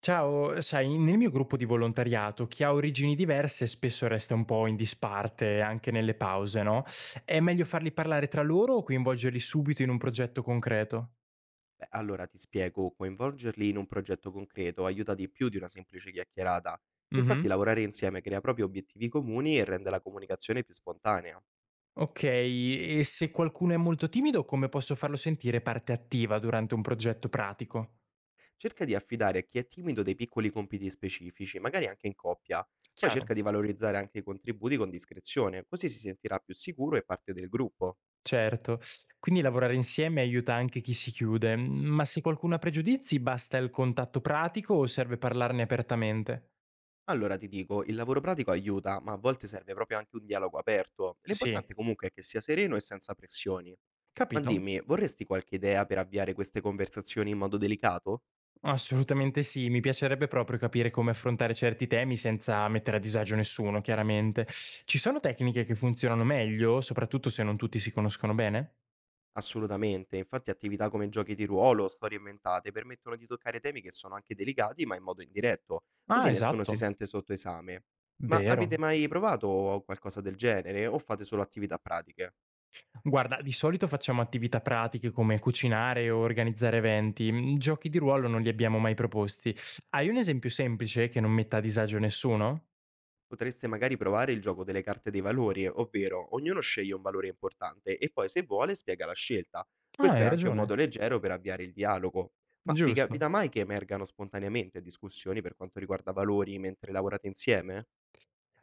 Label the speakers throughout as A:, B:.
A: Ciao, sai, nel mio gruppo di volontariato chi ha origini diverse spesso resta un po' in disparte, anche nelle pause, no? È meglio farli parlare tra loro o coinvolgerli subito in un progetto concreto?
B: Beh, allora ti spiego, coinvolgerli in un progetto concreto aiuta di più di una semplice chiacchierata. Infatti
A: Mhm.
B: lavorare insieme crea proprio obiettivi comuni e rende la comunicazione più spontanea.
A: Ok, e se qualcuno è molto timido, come posso farlo sentire parte attiva durante un progetto pratico?
B: Cerca di affidare a chi è timido dei piccoli compiti specifici, magari anche in coppia. Poi
A: Chiaro.
B: cerca di valorizzare anche i contributi con discrezione, così si sentirà più sicuro e parte del gruppo.
A: Certo, quindi lavorare insieme aiuta anche chi si chiude, ma se qualcuno ha pregiudizi basta il contatto pratico o serve parlarne apertamente?
B: Allora ti dico, il lavoro pratico aiuta, ma a volte serve proprio anche un dialogo aperto.
A: Sì,
B: L'importante comunque è che sia sereno e senza pressioni. Ma
A: capito?
B: dimmi, vorresti qualche idea per avviare queste conversazioni in modo delicato?
A: Assolutamente sì, mi piacerebbe proprio capire come affrontare certi temi senza mettere a disagio nessuno, chiaramente. Ci sono tecniche che funzionano meglio, soprattutto se non tutti si conoscono bene?
B: Assolutamente, infatti attività come giochi di ruolo o storie inventate permettono di toccare temi che sono anche delicati ma in modo indiretto, così
A: Ah,
B: nessuno si
A: esatto,
B: sente sotto esame. Ma avete
A: vero.
B: mai provato qualcosa del genere o fate solo attività pratiche?
A: Guarda, di solito facciamo attività pratiche come cucinare o organizzare eventi, giochi di ruolo non li abbiamo mai proposti. Hai un esempio semplice che non metta a disagio nessuno?
B: Potreste magari provare il gioco delle carte dei valori, ovvero ognuno sceglie un valore importante e poi se vuole spiega la scelta.
A: Ah,
B: Questo è
A: hai
B: anche un
A: ragione,
B: modo leggero per avviare il dialogo. Ma vi
A: giusto.
B: capita mai che emergano spontaneamente discussioni per quanto riguarda valori mentre lavorate insieme?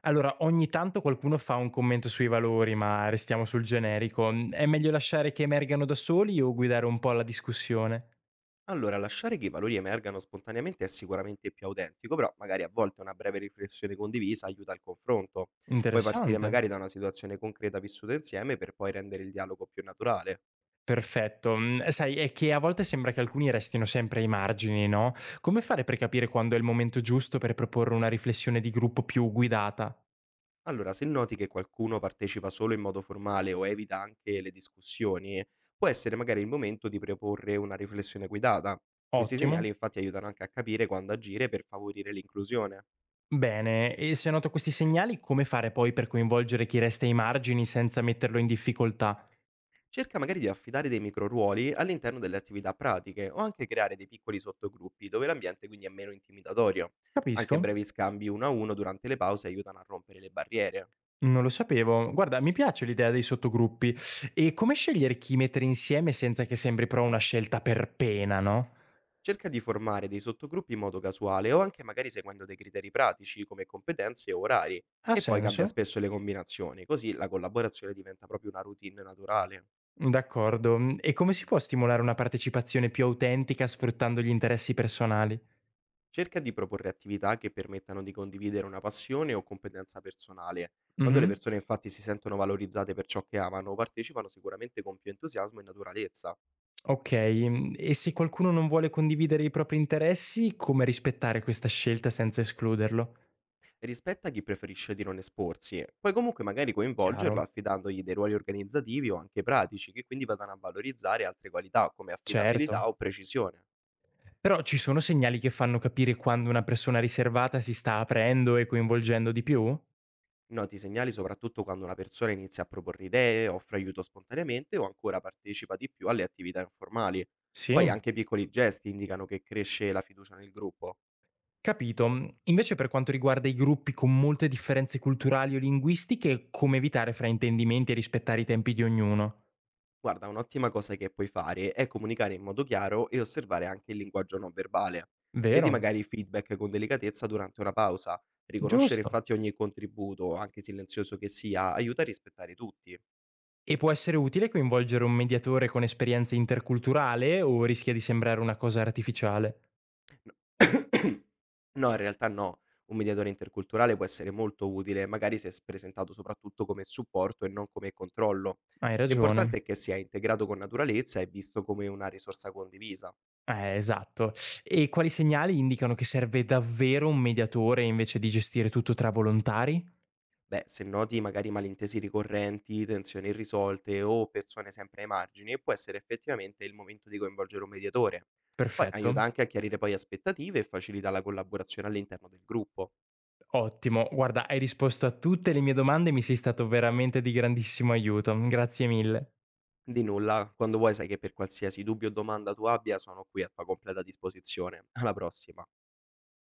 A: Allora, ogni tanto qualcuno fa un commento sui valori, ma restiamo sul generico. È meglio lasciare che emergano da soli o guidare un po' la discussione?
B: Allora, lasciare che i valori emergano spontaneamente è sicuramente più autentico, però magari a volte una breve riflessione condivisa aiuta al confronto. Puoi partire
A: Interessante.
B: magari da una situazione concreta vissuta insieme per poi rendere il dialogo più naturale.
A: Perfetto. Sai, è che a volte sembra che alcuni restino sempre ai margini, no? Come fare per capire quando è il momento giusto per proporre una riflessione di gruppo più guidata?
B: Allora, se noti che qualcuno partecipa solo in modo formale o evita anche le discussioni, può essere magari il momento di proporre una riflessione guidata. Questi segnali
A: Ottimo.
B: infatti aiutano anche a capire quando agire per favorire l'inclusione.
A: Bene, e se noto questi segnali, come fare poi per coinvolgere chi resta ai margini senza metterlo in difficoltà?
B: Cerca magari di affidare dei microruoli all'interno delle attività pratiche o anche creare dei piccoli sottogruppi dove l'ambiente quindi è meno intimidatorio. Anche
A: Capisco.
B: brevi scambi uno a uno durante le pause aiutano a rompere le barriere.
A: Non lo sapevo. Guarda, mi piace l'idea dei sottogruppi. E come scegliere chi mettere insieme senza che sembri però una scelta per pena, no?
B: Cerca di formare dei sottogruppi in modo casuale o anche magari seguendo dei criteri pratici come competenze o orari
A: Ha
B: e poi cambia
A: senso?
B: spesso le combinazioni, così la collaborazione diventa proprio una routine naturale.
A: D'accordo. E come si può stimolare una partecipazione più autentica sfruttando gli interessi personali?
B: Cerca di proporre attività che permettano di condividere una passione o competenza personale. Quando le
A: Mhm.
B: persone infatti si sentono valorizzate per ciò che amano, partecipano sicuramente con più entusiasmo e naturalezza.
A: Ok, e se qualcuno non vuole condividere i propri interessi, come rispettare questa scelta senza escluderlo?
B: Rispetta chi preferisce di non esporsi, puoi comunque magari coinvolgerlo
A: Chiaro,
B: affidandogli dei ruoli organizzativi o anche pratici che quindi vadano a valorizzare altre qualità come
A: certo.
B: affidabilità o precisione.
A: Però ci sono segnali che fanno capire quando una persona riservata si sta aprendo e coinvolgendo di più?
B: Noti i segnali soprattutto quando una persona inizia a proporre idee, offre aiuto spontaneamente o ancora partecipa di più alle attività informali. Poi
A: Sì.
B: anche piccoli gesti indicano che cresce la fiducia nel gruppo.
A: Capito. Invece per quanto riguarda i gruppi con molte differenze culturali o linguistiche, come evitare fraintendimenti e rispettare i tempi di ognuno?
B: Guarda, un'ottima cosa che puoi fare è comunicare in modo chiaro e osservare anche il linguaggio non verbale. Chiedi
A: Vero?
B: magari feedback con delicatezza durante una pausa. Riconoscere
A: Giusto.
B: infatti ogni contributo, anche silenzioso che sia, aiuta a rispettare tutti.
A: E può essere utile coinvolgere un mediatore con esperienza interculturale o rischia di sembrare una cosa artificiale?
B: No, no, in realtà no. Un mediatore interculturale può essere molto utile, magari se presentato soprattutto come supporto e non come controllo.
A: Hai
B: L'importante
A: ragione.
B: è che sia integrato con naturalezza e visto come una risorsa condivisa.
A: Esatto. E quali segnali indicano che serve davvero un mediatore invece di gestire tutto tra volontari?
B: Beh, se noti magari malintesi ricorrenti, tensioni irrisolte o persone sempre ai margini, può essere effettivamente il momento di coinvolgere un mediatore. Poi aiuta
A: Perfetto.
B: anche a chiarire poi aspettative e facilita la collaborazione all'interno del gruppo.
A: Ottimo, guarda, hai risposto a tutte le mie domande e mi sei stato veramente di grandissimo aiuto. Grazie mille.
B: Di nulla, quando vuoi sai che per qualsiasi dubbio o domanda tu abbia sono qui a tua completa disposizione. Alla prossima.